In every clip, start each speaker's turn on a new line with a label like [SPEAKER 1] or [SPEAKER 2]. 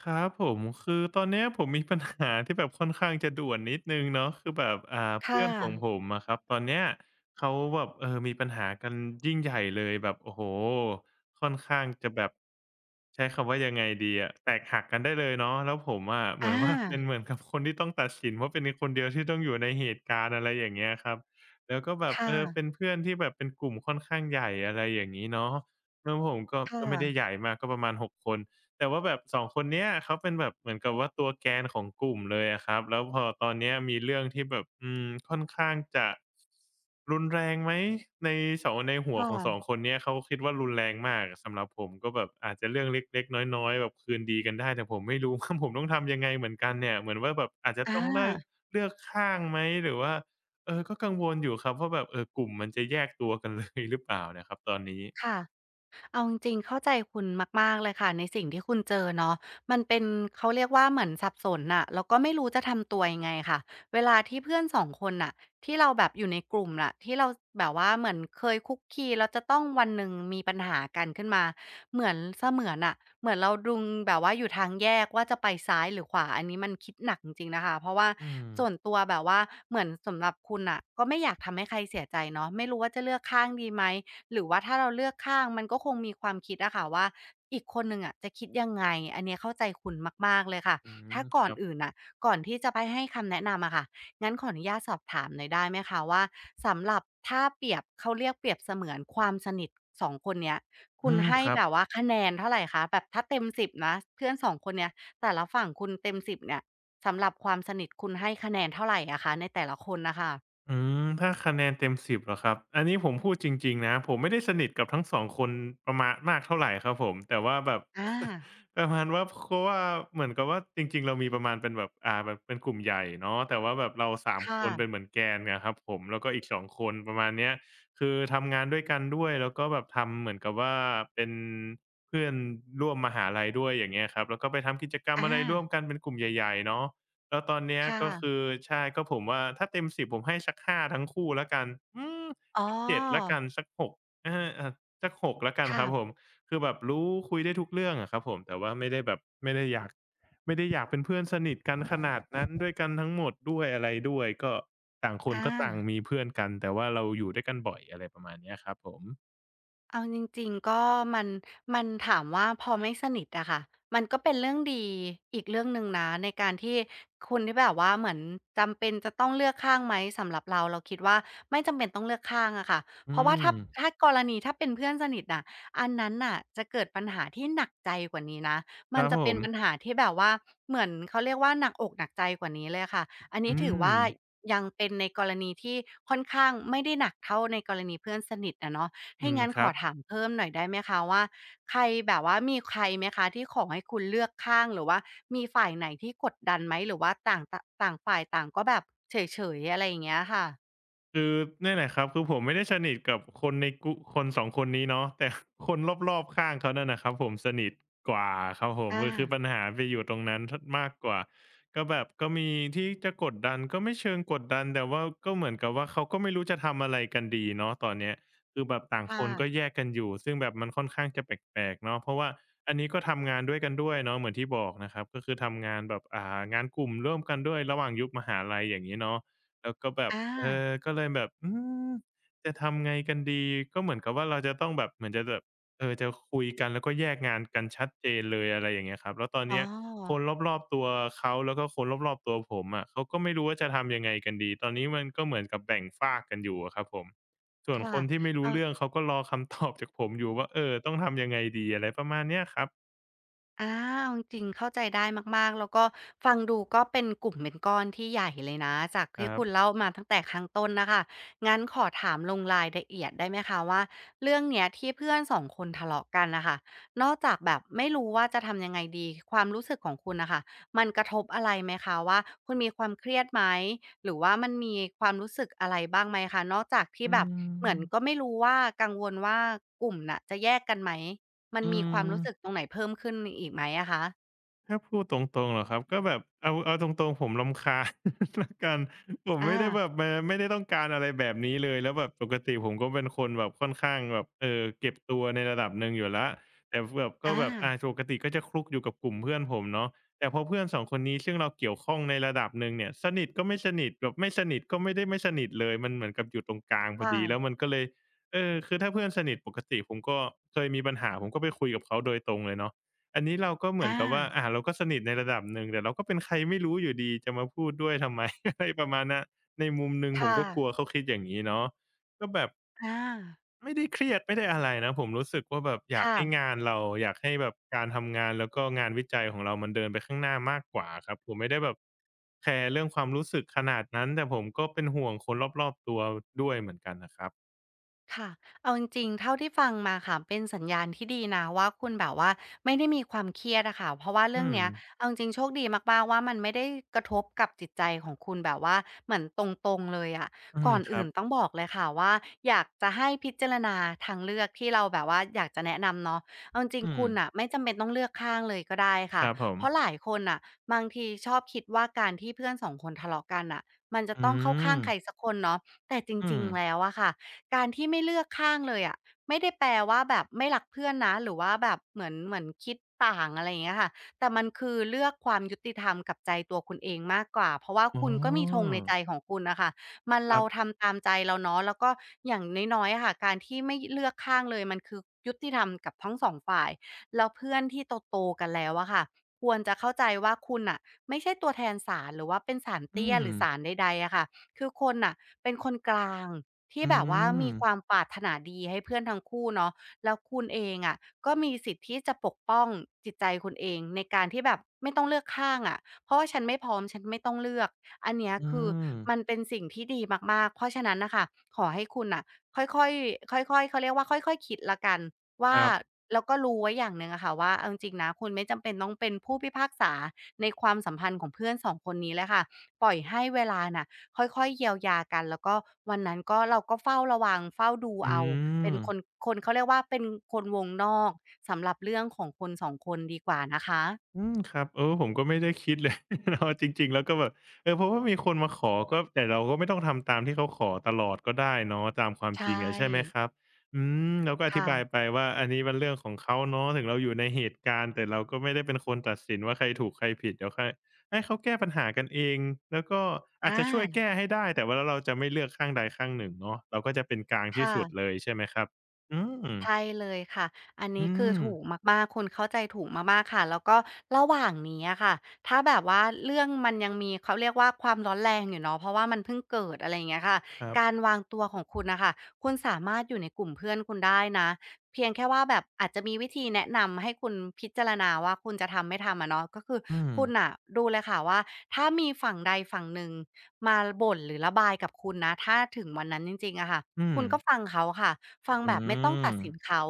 [SPEAKER 1] ครับผมคือตอนเนี้ยผมมี ปัญหาที่แบบค่อนข้างจะด่วนนิดหนึ่งเนาะคือแบบเพื่
[SPEAKER 2] ค่ะ
[SPEAKER 1] อนของผมอะครับตอนเนี้ยเขาแบบมีปัญหากันยิ่งใหญ่เลยแบบโอ้โฮค่อนข้างจะแบบใช้คำว่ายังไงดีอะแตกหักกันได้เลยเนาะแล้วผมอะเหมื
[SPEAKER 2] อา
[SPEAKER 1] อนว่า เป็นเหมือนกับคนที่ต้องตัดสินว่าเป็นคนเดียวที่ต้องอยู่ในเหตุการณ์อะไรอย่างเงี้ยครับแล้วก็แบบ
[SPEAKER 2] ค่ะ
[SPEAKER 1] เป็นเพื่อนที่แบบเป็นกลุ่มค่อนข้างใหญ่อะไรอย่างงี้เนาะแล้วผมก็
[SPEAKER 2] ค่ะ
[SPEAKER 1] ไม่ได้ใหญ่มากก็ประมาณ6คน แต่ว่าแบบ2คนเนี้ยเขาเป็นแบบเหมือนกับว่าตัวแกนของกลุ่มเลยอะครับแล้วพอตอนเนี้ยมีเรื่องที่แบบค่อนข้างจะรุนแรงไหมในในหัวของ2
[SPEAKER 2] ค่ะ
[SPEAKER 1] คนเนี้ยเขาคิดว่ารุนแรงมากสำหรับผมก็แบบอาจจะเรื่องเล็กๆน้อยๆแบบคืนดีกันได้แต่ผมไม่รู้ว่า ผมต้องทำยังไงเหมือนกันเนี่ยเหมือนว่าแบบอาจจะ
[SPEAKER 2] ค่ะอ
[SPEAKER 1] ต้องเลิก
[SPEAKER 2] า
[SPEAKER 1] เลือกข้างไหมหรือว่าก็กังวลอยู่ครับว่าแบบกลุ่มมันจะแยกตัวกันเลยหรือเปล่านะครับตอนนี้
[SPEAKER 2] ค่ะ เอาจริงๆเข้าใจคุณมากๆเลยค่ะในสิ่งที่คุณเจอเนาะมันเป็นเขาเรียกว่าเหมือนสับสนน่ะแล้วก็ไม่รู้จะทำตัวยังไงค่ะเวลาที่เพื่อนสองคนน่ะที่เราแบบอยู่ในกลุ่มน่ะที่เราแบบว่าเหมือนเคยคุกคีแล้วจะต้องวันหนึ่งมีปัญหากันขึ้นมาเหมือนเสมือนน่ะเหมือนเราดึงแบบว่าอยู่ทางแยกว่าจะไปซ้ายหรือขวาอันนี้มันคิดหนักจริงๆนะคะเพราะว่า
[SPEAKER 1] อืม
[SPEAKER 2] ส่วนตัวแบบว่าเหมือนสำหรับคุณน่ะก็ไม่อยากทำให้ใครเสียใจเนาะไม่รู้ว่าจะเลือกข้างดีไหม หรือว่าถ้าเราเลือกข้างมันก็คงมีความคิดอะค่ะว่าอีกคนหนึ่งอะจะคิดยังไงอันเนี้ยเข้าใจคุณมากๆเลยค่ะ
[SPEAKER 1] อื
[SPEAKER 2] ถ้า
[SPEAKER 1] มค
[SPEAKER 2] ก่อน
[SPEAKER 1] รับ
[SPEAKER 2] อื่นน่ะก่อนที่จะไปให้คำแนะนำอะค่ะงั้นขออนุญาตสอบถามหน่อยได้ไหมคะว่าสำหรับถ้าเปรียบเขาเรียกเปรียบเสมือนความสนิทสองคนเนี้ยคุ
[SPEAKER 1] อื
[SPEAKER 2] ณ
[SPEAKER 1] ม
[SPEAKER 2] ให้
[SPEAKER 1] ครับ
[SPEAKER 2] แบบว่าคะแนนเท่าไรคะแบบถ้าเต็มสิบนะเพื่อนสองคนเนี้ยแต่ละฝั่งคุณเต็มสิบเนี่ยสำหรับความสนิทคุณให้คะแนนเท่าไรอะคะในแต่ละคนน่ะค่ะ
[SPEAKER 1] อืมถ้าคะแนนเต็ม10เหรอครับ อันนี้ผมพูดจริงๆนะผมไม่ได้สนิทกับทั้ง2คนประมาณมากเท่าไรครับผมแต่ว่าแบบ
[SPEAKER 2] อา
[SPEAKER 1] ประมาณว่าเพราะว่าเหมือนกับว่าจริงๆเรามีประมาณเป็นแบบแบบเป็นกลุ่มใหญ่เนาะแต่ว่าแบบเราสามค
[SPEAKER 2] ค่ะ
[SPEAKER 1] นเป็นเหมือนแกนนะครับผมแล้วก็อีกสองคนประมาณเนี้ยคือทำงานด้วยกันด้วยแล้วก็แบบทำเหมือนกับว่าเป็นเพื่อนร่วมมหาลัยด้วยอย่างเงี้ยครับแล้วก็ไปทำกิจกรรม
[SPEAKER 2] อา
[SPEAKER 1] อะไรร่วมกันเป็นกลุ่มใหญ่ๆเนาะ แล้วตอนเนี้ย
[SPEAKER 2] ค่ะ
[SPEAKER 1] ก็คือใช่ก็ผมว่าถ้าเต็มสิบผมให้สักห้าทั้งคู่แล้วกันอืม
[SPEAKER 2] อ๋อ
[SPEAKER 1] สักเจ็ดแล้วกันสัก6อาอาสักหกแล้วกันค
[SPEAKER 2] ค่ะ
[SPEAKER 1] รับผมคือแบบรู้คุยได้ทุกเรื่องอะครับผมแต่ว่าไม่ได้แบบไม่ได้อยากไม่ได้อยากเป็นเพื่อนสนิทกันขนาดนั้นด้วยกันทั้งหมดด้วยอะไรด้วยก็ต่างคนก็ต่าง
[SPEAKER 2] อา
[SPEAKER 1] มีเพื่อนกันแต่ว่าเราอยู่ด้วยกันบ่อยอะไรประมาณเนี้ยครับผม
[SPEAKER 2] เอาจริงๆก็มันมันถามว่าพอไม่สนิทอะค่ะมันก็เป็นเรื่องดีอีกเรื่องหนึ่งนะในการที่คุณที่แบบว่าเหมือนจำเป็นจะต้องเลือกข้างไหมสำหรับเราเราคิดว่าไม่จำเป็นต้องเลือกข้างอะค่ะ
[SPEAKER 1] อื
[SPEAKER 2] เพราะว่าถ้า
[SPEAKER 1] ม
[SPEAKER 2] ถ้ากรณีถ้าเป็นเพื่อนสนิทน่ะอันนั้นน่ะจะเกิดปัญหาที่หนักใจกว่านี้นะ
[SPEAKER 1] ค
[SPEAKER 2] มัน
[SPEAKER 1] รับ
[SPEAKER 2] จะ
[SPEAKER 1] ผ
[SPEAKER 2] เป็นปัญ
[SPEAKER 1] ม
[SPEAKER 2] หาที่แบบว่าเหมือนเขาเรียกว่าหนักอกหนักใจกว่านี้เลยอะค่ะอันนี้
[SPEAKER 1] อื
[SPEAKER 2] ถือ
[SPEAKER 1] ม
[SPEAKER 2] ว่ายังเป็นในกรณีที่ค่อนข้างไม่ได้หนักเท่าในกรณีเพื่อนสนิทอะเนาะ ให้
[SPEAKER 1] อืม
[SPEAKER 2] งั้น
[SPEAKER 1] ค
[SPEAKER 2] ข
[SPEAKER 1] รั
[SPEAKER 2] อ
[SPEAKER 1] บ
[SPEAKER 2] ถามเพิ่มหน่อยได้ไหมคะว่าใครแบบว่ามีใครไหมคะที่ขอให้คุณเลือกข้างหรือว่ามีฝ่ายไหนที่กดดันไหมหรือว่าต่างตต่างฝ่ายต่างก็แบบเฉยๆอะไรอย่างเงี้ยค่ะ
[SPEAKER 1] คือเนี่ยแหละครับคือผมไม่ได้สนิทกับคนในคนสองคนนี้เนาะแต่ คนรอบๆข้างเขานั่นนะครับผมสนิทกว่าครับผม
[SPEAKER 2] อา
[SPEAKER 1] ก็คือปัญหาไปอยู่ตรงนั้นมากกว่าก็แบบก็มีที่จะกดดันก็ไม่เชิงกดดันแต่ว่าก็เหมือนกับว่าเขาก็ไม่รู้จะทำอะไรกันดีเนาะตอนเนี้ยคือแบบต่างค
[SPEAKER 2] ค่ะ
[SPEAKER 1] นก็แยกกันอยู่ซึ่งแบบมันค่อนข้างจะแปลกๆเนาะเพราะว่าอันนี้ก็ทำงานด้วยกันด้วยเนาะเหมือนที่บอกนะครับก็คือทำงานแบบงานกลุ่มร่วมกันด้วยระหว่างยุคมหาลัยอย่างนี้เนาะ แล้วก็แบบ
[SPEAKER 2] อา
[SPEAKER 1] ก็เลยแบบมจะทำไงกันดี ก็เหมือนกับว่าเราจะต้องแบบเหมือนจะแบบจะคุยกันแล้วก็แยกงานกันชัดเจนเลยอะไรอย่างเงี้ยครับแล้วตอน
[SPEAKER 2] อ๋อ
[SPEAKER 1] เนี้ยคนรอบๆตัวเขาแล้วก็คนรอบๆตัวผมอะเขาก็ไม่รู้ว่าจะทำยังไงกันดี ตอนนี้มันก็เหมือนกับแบ่งฝากกันอยู่อะครับผม ส่วน
[SPEAKER 2] ค่ะ
[SPEAKER 1] คนที่ไม่
[SPEAKER 2] เอ
[SPEAKER 1] รู้
[SPEAKER 2] อ
[SPEAKER 1] เรื่องเขาก็รอคำตอบจากผมอยู่ว่าต้องทำยังไงดีอะไรประมาณเนี้ยครับ
[SPEAKER 2] อ้าวจริงๆเข้าใจได้มากๆแล้วก็ฟังดูก็เป็นกลุ่มเป็นก้อนที่ใหญ่เลยนะจาก
[SPEAKER 1] ค
[SPEAKER 2] ที่
[SPEAKER 1] รับ
[SPEAKER 2] คุณเล่ามาตั้งแต่ข้างต้นน่ะค่ะงั้นขอถามลงรายละเอียดได้ไหมคะว่าเรื่องเนี้ยที่เพื่อนสองคนทะเลาะกันน่ะค่ะนอกจากแบบไม่รู้ว่าจะทำยังไงดีความรู้สึกของคุณน่ะค่ะมันกระทบอะไรไหมคะว่าคุณมีความเครียดไหมหรือว่ามันมีความรู้สึกอะไรบ้างไหมคะนอกจากที่
[SPEAKER 1] อื
[SPEAKER 2] แบบเหมือนก็
[SPEAKER 1] ม
[SPEAKER 2] ไม่รู้ว่ากังวลว่ากลุ่มน่ะจะแยกกันไหม มัน
[SPEAKER 1] อื
[SPEAKER 2] มีความรู้สึก
[SPEAKER 1] ม
[SPEAKER 2] ตรงไหนเพิ่มขึ้นอีกไหมอะคะ
[SPEAKER 1] ถ้าพูดตรงๆเหรอครับก็แบบเอาตรงๆผมรำคาญ ละกันผมไม่ได้
[SPEAKER 2] อา
[SPEAKER 1] แบบมาไม่ได้ต้องการอะไรแบบนี้เลยแล้วแบบปกติผมก็เป็นคนแบบค่อนข้างแบบเก็บตัวในระดับหนึ่งอยู่ละแต่แบบก็
[SPEAKER 2] อา
[SPEAKER 1] แบบปกติก็จะคลุกอยู่กับกลุ่มเพื่อนผมเนาะแต่พอเพื่อนสองคนนี้ซึ่งเราเกี่ยวข้องในระดับหนึ่งเนี่ยสนิทก็ไม่สนิทแบบไม่สนิทก็ไม่ได้ไม่สนิทเลยมันเหมือนกับอยู่ตรงกลางพ
[SPEAKER 2] ค
[SPEAKER 1] อดีแล้วมั
[SPEAKER 2] ่ะ
[SPEAKER 1] นก็เลยคือถ้าเพื่อนสนิทปกติผมก็เคยมีปัญหาผมก็ไปคุยกับเขาโดยตรงเลยเนาะ อันนี้เราก็เหมือน
[SPEAKER 2] อา
[SPEAKER 1] กับว่าเราก็สนิทในระดับหนึ่งแต่เราก็เป็นใครไม่รู้อยู่ดีจะมาพูดด้วยทำไม อะไรประมาณเนี้ยในมุมหนึ่งผม
[SPEAKER 2] ค่ะ
[SPEAKER 1] ก็กลัวเขาคิดอย่างงี้เนาะก็แบบ
[SPEAKER 2] อา
[SPEAKER 1] ไม่ได้เครียดไม่ได้อะไรนะผมรู้สึกว่าแบบอยาก
[SPEAKER 2] ค่ะ
[SPEAKER 1] ให้งานเราอยากให้แบบการทำงานแล้วก็งานวิจัยของเรามันเดินไปข้างหน้ามากกว่าครับผมไม่ได้แบบแคร์เรื่องความรู้สึกขนาดนั้นแต่ผมก็เป็นห่วงคนรอบๆตัวด้วยเหมือนกันน่ะครับ
[SPEAKER 2] ค่ะเอาจริงๆเท่าที่ฟังมาค่ะเป็นสัญญาณที่ดีนะว่าคุณแบบว่าไม่ได้มีความเครียดอะค่ะเพราะว่า
[SPEAKER 1] อื
[SPEAKER 2] เรื่อง
[SPEAKER 1] ม
[SPEAKER 2] เนี้ยเอาจริงๆโชคดีมากๆว่ามันไม่ได้กระทบกับจิตใจของคุณแบบว่าเหมือนตรงๆเลยอะ
[SPEAKER 1] อื
[SPEAKER 2] ก่
[SPEAKER 1] ม
[SPEAKER 2] อน
[SPEAKER 1] ครั
[SPEAKER 2] อื่น
[SPEAKER 1] บ
[SPEAKER 2] ต้องบอกเลยค่ะว่าอยากจะให้พิจารณาทางเลือกที่เราแบบว่าอยากจะแนะนำเนาะเอาจริง
[SPEAKER 1] อื
[SPEAKER 2] ๆ
[SPEAKER 1] ม
[SPEAKER 2] คุณอะไม่จำเป็นต้องเลือกข้างเลยก็ได้
[SPEAKER 1] ค
[SPEAKER 2] ค่ะ
[SPEAKER 1] รับผม
[SPEAKER 2] เพราะหลายคนอะบางทีชอบคิดว่าการที่เพื่อนสองคนทะเลาะกันอะมันจะ
[SPEAKER 1] อื
[SPEAKER 2] ต้องเข้าข้า
[SPEAKER 1] ม
[SPEAKER 2] งใครสักคนเนาะแต่จ
[SPEAKER 1] อื
[SPEAKER 2] ริง
[SPEAKER 1] ม
[SPEAKER 2] ๆแล้วอะค่ะ การที่ไม่เลือกข้างเลยอะไม่ได้แปลว่าแบบไม่รักเพื่อนนะหรือว่าแบบเหมือนคิดต่างอะไรอย่างเงี้ยค่ะแต่มันคือเลือกความยุติธรรมกับใจตัวคุณเองมากกว่าเพราะว่า
[SPEAKER 1] อ๋
[SPEAKER 2] คุณก็มีธง
[SPEAKER 1] อ
[SPEAKER 2] ในใจของคุณน่ะค่ะมัน
[SPEAKER 1] ครั
[SPEAKER 2] เรา
[SPEAKER 1] บ
[SPEAKER 2] ทำตามใจเราเนาะแล้วก็อย่างน้อยๆอะค่ะการที่ไม่เลือกข้างเลยมันคือยุติธรรมกับทั้งสองฝ่ายแล้วเพื่อนที่โตๆกันแล้วอะค่ะควรจะเข้าใจว่าคุณน่ะไม่ใช่ตัวแทนศาลหรือว่าเป็นศาล
[SPEAKER 1] อื
[SPEAKER 2] เตี้ยห
[SPEAKER 1] ม
[SPEAKER 2] รือศาลใดๆอะค่ะคือคนน่ะเป็นคนกลาง ที่
[SPEAKER 1] อื
[SPEAKER 2] แบบว่ามี
[SPEAKER 1] ม
[SPEAKER 2] ความปรารถนาดีให้เพื่อนทั้งคู่เนาะแล้วคุณเองอะก็มีสิทธิ์ที่จะปกป้องจิตใจคุณเองในการที่แบบไม่ต้องเลือกข้างอะเพราะว่าฉันไม่พร้อมฉันไม่ต้องเลือกอันเนี้ย
[SPEAKER 1] อื
[SPEAKER 2] คือ
[SPEAKER 1] ม
[SPEAKER 2] มันเป็นสิ่งที่ดีมากๆเพราะฉะนั้นน่ะค่ะขอให้คุณน่ะค่อยๆค่อยๆเขาเรียกว่าค่อยๆคิดแล้วกัน
[SPEAKER 1] ค
[SPEAKER 2] ว่า
[SPEAKER 1] รับ
[SPEAKER 2] แล้วก็รู้ไว้อย่างหนึ่งอะค่ะว่าเอาจริงๆนะคุณไม่จำเป็นต้องเป็นผู้พิพากษาในความสัมพันธ์ของเพื่อนสองคนนี้เลยค่ะปล่อยให้เวลาน่ะ ค่อยๆเยียวยากันแล้วก็วันนั้นก็เราก็เฝ้าระวังเฝ้าดู
[SPEAKER 1] อื
[SPEAKER 2] เอาเป็
[SPEAKER 1] ม
[SPEAKER 2] นคนเขาเรียกว่าเป็นคนวงนอกสำหรับเรื่องของคน2คนดีกว่านะคะ
[SPEAKER 1] อืมครับเออผมก็ไม่ได้คิดเลย เนาะจริงๆแล้วก็แบบเออเพราะว่ามีคนมาขอก็แต่เราก็ไม่ต้องทำตามที่เขาขอตลอดก็ได้เนาะตามความ
[SPEAKER 2] ใช
[SPEAKER 1] จริงอะใช่ไหม
[SPEAKER 2] ่
[SPEAKER 1] ครับอืมเราก็อธิบาย
[SPEAKER 2] ค่ะ
[SPEAKER 1] ไปว่าอันนี้มันเรื่องของเขาเนาะถึงเราอยู่ในเหตุการณ์แต่เราก็ไม่ได้เป็นคนตัดสินว่าใครถูกใครผิดเดี๋ยวใครให้เขาแก้ปัญหากันเองแล้วก็อาจ
[SPEAKER 2] อา
[SPEAKER 1] จะช่วยแก้ให้ได้แต่ว่าแล้วเราจะไม่เลือกข้างใดข้างหนึ่งเนาะเราก็จะเป็นกลางที่
[SPEAKER 2] ค่ะ
[SPEAKER 1] สุดเลยใช่ไหมครับอืม
[SPEAKER 2] ใช่เลยค่ะ อันนี้
[SPEAKER 1] อื
[SPEAKER 2] คือ
[SPEAKER 1] ม
[SPEAKER 2] ถูกมากๆคุณเข้าใจถูกมากๆ ค่ะ แล้วก็ระหว่างนี้อะค่ะ ถ้าแบบว่าเรื่องมันยังมีเขาเรียกว่าความร้อนแรงอยู่เนาะเพราะว่ามันเพิ่งเกิดอะไรอย่างเงี้ยค่ะ
[SPEAKER 1] ครับ
[SPEAKER 2] การวางตัวของคุณนะคะคุณสามารถอยู่ในกลุ่มเพื่อนคุณได้นะ เพียงแค่ว่าแบบอาจจะมีวิธีแนะนำให้คุณพิจารณาว่าคุณจะทำไม่ทำอะเนาะก็คือ
[SPEAKER 1] อืม
[SPEAKER 2] คุณอะดูเลยค่ะว่าถ้ามีฝั่งใดฝั่งหนึ่งมาบ่นหรือระบายกับคุณนะถ้าถึงวันนั้นจริงๆอะค่ะ
[SPEAKER 1] อืม
[SPEAKER 2] คุณก็ฟังเขาค่ะฟัง
[SPEAKER 1] อื
[SPEAKER 2] แบบไม่ต้อง
[SPEAKER 1] ม
[SPEAKER 2] ตัดสินเขา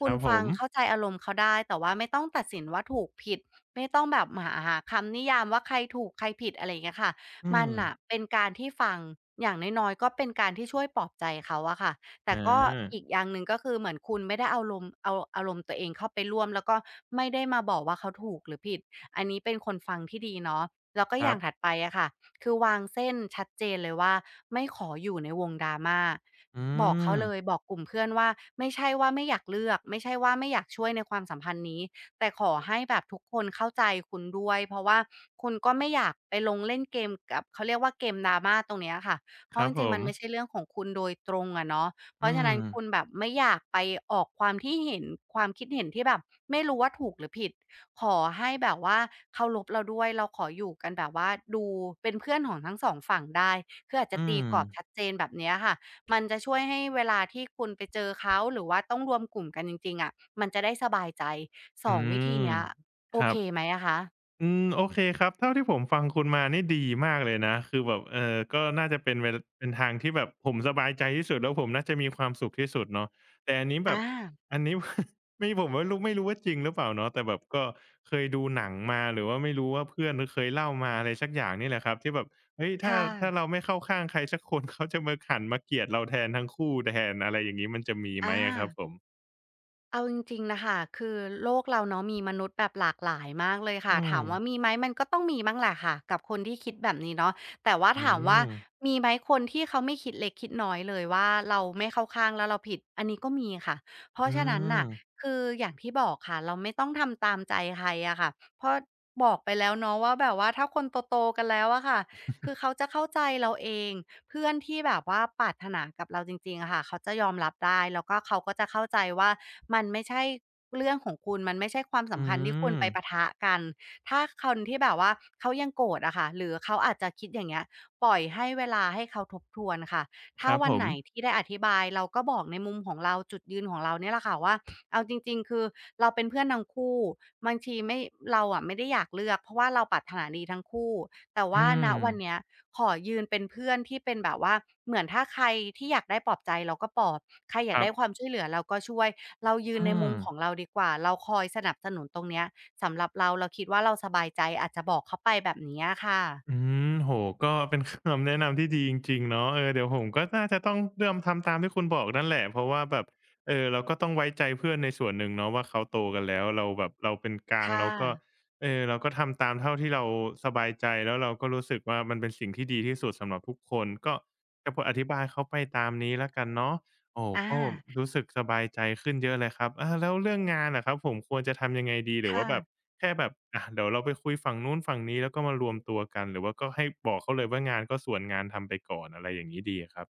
[SPEAKER 1] ค
[SPEAKER 2] ุ
[SPEAKER 1] รั
[SPEAKER 2] ณ
[SPEAKER 1] บผ
[SPEAKER 2] ฟัง
[SPEAKER 1] ม
[SPEAKER 2] เข้าใจอารมณ์เขาได้แต่ว่าไม่ต้องตัดสินว่าถูกผิดไม่ต้องแบบหาคำนิยามว่าใครถูกใครผิดอะไรอย่างเงี้ยค่ะ
[SPEAKER 1] อื
[SPEAKER 2] มัน
[SPEAKER 1] ม
[SPEAKER 2] น่ะเป็นการที่ฟังอย่างน้อยๆก็เป็นการที่ช่วยปลอบใจเขาอะค่ะแต่
[SPEAKER 1] อ
[SPEAKER 2] ก็
[SPEAKER 1] า
[SPEAKER 2] อีกอย่างหนึ่งก็คือเหมือนคุณไม่ได้เอาอารมณ์ตัวเองเข้าไปร่วมแล้วก็ไม่ได้มาบอกว่าเขาถูกหรือผิดอันนี้เป็นคนฟังที่ดีเนาะแล้วก็
[SPEAKER 1] ค
[SPEAKER 2] อ
[SPEAKER 1] รั
[SPEAKER 2] ย่าง
[SPEAKER 1] บ
[SPEAKER 2] ถัดไปอะค่ะ คือวางเส้นชัดเจนเลยว่าไม่ขออยู่ในวง drama
[SPEAKER 1] อื
[SPEAKER 2] บอกเขา
[SPEAKER 1] ม
[SPEAKER 2] เลยบอกกลุ่มเพื่อนว่าไม่ใช่ว่าไม่อยากเลือกไม่ใช่ว่าไม่อยากช่วยในความสัมพันธ์นี้แต่ขอให้แบบทุกคนเข้าใจคุณด้วยเพราะว่าคุณก็ไม่อยากไปลงเล่นเกมกับเขาเรียกว่าเกม drama ตรงเนี้ยค่ะเพ
[SPEAKER 1] ค
[SPEAKER 2] ราะ
[SPEAKER 1] รั
[SPEAKER 2] จ
[SPEAKER 1] บผ
[SPEAKER 2] ริงๆมั
[SPEAKER 1] ม
[SPEAKER 2] นไม่ใช่เรื่องของคุณโดยตรงอะเนาะเพ
[SPEAKER 1] อื
[SPEAKER 2] ราะฉะนั้
[SPEAKER 1] ม
[SPEAKER 2] นคุณแบบไม่อยากไปออกความที่เห็นความคิดเห็นที่แบบไม่รู้ว่าถูกหรือผิด ขอให้แบบว่าเคารพเราด้วยเราขออยู่กันแบบว่าดูเป็นเพื่อนของทั้งสองฝั่งได้คืออาจจะ
[SPEAKER 1] อื
[SPEAKER 2] ตี
[SPEAKER 1] ม
[SPEAKER 2] กรอบชัดเจนแบบเนี้ยค่ะมันจะช่วยให้เวลาที่คุณไปเจอเขาหรือว่าต้องรวมกลุ่มกันจริงๆอะมันจะได้สบายใจส
[SPEAKER 1] อื
[SPEAKER 2] องวิธี
[SPEAKER 1] ม
[SPEAKER 2] เนี้ย
[SPEAKER 1] ค
[SPEAKER 2] โอ
[SPEAKER 1] รั
[SPEAKER 2] เค
[SPEAKER 1] บ
[SPEAKER 2] ไหมอะคะ
[SPEAKER 1] อืมโอเคครับเท่าที่ผมฟังคุณมานี่ดีมากเลยนะคือแบบเออก็น่าจะเป็นเป็นทางที่แบบผมสบายใจที่สุดแล้วผมน่าจะมีความสุขที่สุดเนาะแต่อันนี้แบ
[SPEAKER 2] อา
[SPEAKER 1] บอันนี้ ไม่ผมไม่รู้ว่าจริงหรือเปล่าเนาะแต่แบบก็เคยดูหนังมาหรือว่าไม่รู้ว่าเพื่อนเคยเล่ามาอะไรสักอย่างนี่แหละครับที่แบบเฮ้ยถ้า
[SPEAKER 2] ค่ะ
[SPEAKER 1] ถ้าเราไม่เข้าข้างใครสักคน เขาจะมาหันมาเกลียดเราแทนทั้งคู่แทนอะไรอย่างงี้มันจะมีไหม
[SPEAKER 2] อา
[SPEAKER 1] อะครับผม
[SPEAKER 2] เอาจริงๆ นะคะ คือโลกเราเนาะมีมนุษย์แบบหลากหลายมากเลยค่ะ
[SPEAKER 1] อืม
[SPEAKER 2] ถามว่ามีไหมมันก็ต้องมีบ้างแหละค่ะกับคนที่คิดแบบนี้เนาะแต่ว่า
[SPEAKER 1] อื
[SPEAKER 2] ถามว่า
[SPEAKER 1] ม
[SPEAKER 2] มีไหมคนที่เขาไม่คิดเล็กคิดน้อยเลยว่าเราไม่เข้าข้างแล้วเราผิด อันนี้ก็มีค่ะ เพราะ
[SPEAKER 1] อื
[SPEAKER 2] ฉะนั้นน่ะ
[SPEAKER 1] ม
[SPEAKER 2] คืออย่างที่บอกค่ะเราไม่ต้องทำตามใจใครอะค่ะเพราะบอกไปแล้วเนาะว่าแบบว่าถ้าคนโตๆกันแล้วอะค่ะ คือเขาจะเข้าใจเราเอง เพื่อนที่แบบว่าปรารถนากับเราจริงๆอะค่ะเขาจะยอมรับได้แล้วก็เขาก็จะเข้าใจว่ามันไม่ใช่เรื่องของคุณมันไม่ใช่ความ
[SPEAKER 1] อื
[SPEAKER 2] สำคัญที่คุณ
[SPEAKER 1] ม
[SPEAKER 2] ไปปะทะกันถ้าคนที่แบบว่าเขายังโกรธอะค่ะหรือเขาอาจจะคิดอย่างเงี้ยปล่อยให้เวลาให้เขาทบทวนค่ะ
[SPEAKER 1] ค
[SPEAKER 2] ถ้า
[SPEAKER 1] รับ
[SPEAKER 2] วั
[SPEAKER 1] ผ
[SPEAKER 2] น
[SPEAKER 1] ม
[SPEAKER 2] ไหนที่ได้อธิบายเราก็บอกในมุมของเราจุดยืนของเราเนี่ยแหละค่ะว่าเอาจริงๆคือเราเป็นเพื่อนทั้งคู่บางทีไม่เราอะไม่ได้อยากเลือกเพราะว่าเราปรารถนาดีทั้งคู่แต่
[SPEAKER 1] อื
[SPEAKER 2] ว่าณ
[SPEAKER 1] ม
[SPEAKER 2] วันเนี้ย ขอยืนเป็นเพื่อนที่เป็นแบบว่าเหมือนถ้าใครที่อยากได้ปลอบใจเราก็ปลอบใครอ
[SPEAKER 1] ค
[SPEAKER 2] ยาก
[SPEAKER 1] รับ
[SPEAKER 2] ได้ความช่วยเหลือเราก็ช่วยเรายืน
[SPEAKER 1] อื
[SPEAKER 2] ในมุ
[SPEAKER 1] ม
[SPEAKER 2] มของเราดีกว่าเราคอยสนับสนุนตรงเนี้ยสำหรับเราเราคิดว่าเราสบายใจอาจจะบอกเขาไปแบบเนี้ยค่ะ
[SPEAKER 1] อืมโอ้โฮก็เป็น คำแนะนำที่ดีจริงๆเนาะเออเดี๋ยวผมก็น่าจะต้องเริ่มทำตามที่คุณบอกนั่นแหละเพราะว่าแบบเออเราก็ต้องไว้ใจเพื่อนในส่วนหนึ่งเนาะว่าเขาโตกันแล้วเราแบบเราเป็นกลาง
[SPEAKER 2] ค่ะ
[SPEAKER 1] เราก็เออเราก็ทำตามเท่าที่เราสบายใจแล้วเราก็รู้สึกว่ามันเป็นสิ่งที่ดีที่สุดสำหรับทุกคนก็จะพออธิบายเขาไปตามนี้แล้วกันเนาะโอ้
[SPEAKER 2] อา
[SPEAKER 1] ก็รู้สึกสบายใจขึ้นเยอะเลยครับอาแล้วเรื่องงานอะครับผมควรจะทำยังไงดีหรือว่า
[SPEAKER 2] ค่ะ
[SPEAKER 1] แบบ แค่แบบอะเดี๋ยวเราไปคุยฝั่งนู้นฝั่งนี้แล้วก็มารวมตัวกันหรือว่าก็ให้บอกเขาเลยว่างานก็ส่วนงานทำไปก่อนอะไรอย่างงี้ดีอะครับ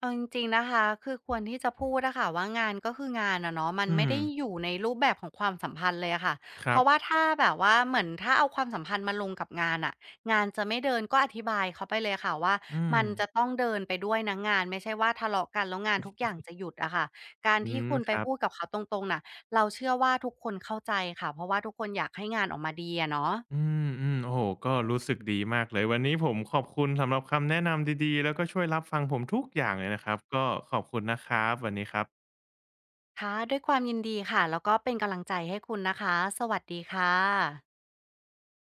[SPEAKER 2] เอาจริงๆนะคะคือควรที่จะพูดนะคะว่างานก็คืองานอะเนาะมัน
[SPEAKER 1] อื
[SPEAKER 2] ไม่
[SPEAKER 1] ม
[SPEAKER 2] ได้อยู่ในรูปแบบของความสัมพันธ์เลยอะค่ะ
[SPEAKER 1] ค
[SPEAKER 2] เพ
[SPEAKER 1] รั
[SPEAKER 2] ราะว่า
[SPEAKER 1] บ
[SPEAKER 2] ถ้าแบบว่าเหมือนถ้าเอาความสัมพันธ์มาลงกับงานอะงานจะไม่เดินก็อธิบายเขาไปเลยค่ะว่า
[SPEAKER 1] อืม
[SPEAKER 2] มันจะต้องเดินไปด้วยนะงานไม่ใช่ว่าทะเลาะกันแล้วงานทุกอย่างจะหยุดอะค่ะการ
[SPEAKER 1] อื
[SPEAKER 2] ที่
[SPEAKER 1] ม
[SPEAKER 2] คุณไป
[SPEAKER 1] ครับ
[SPEAKER 2] พูดกับเขาตรงๆน่ะเราเชื่อว่าทุกคนเข้าใจค่ะเพราะว่าทุกคนอยากให้งานออกมาดีอะเนาะ
[SPEAKER 1] อืมๆโอ้โฮก็รู้สึกดีมากเลยวันนี้ผมขอบคุณสำหรับคำแนะนำดีๆแล้วก็ช่วยรับฟังผมทุกอย่างเลยนะครับก็ขอบคุณนะครับวันนี้ครับ
[SPEAKER 2] ค่ะด้วยความยินดีค่ะแล้วก็เป็นกำลังใจให้คุณนะคะสวัสดีค่ะ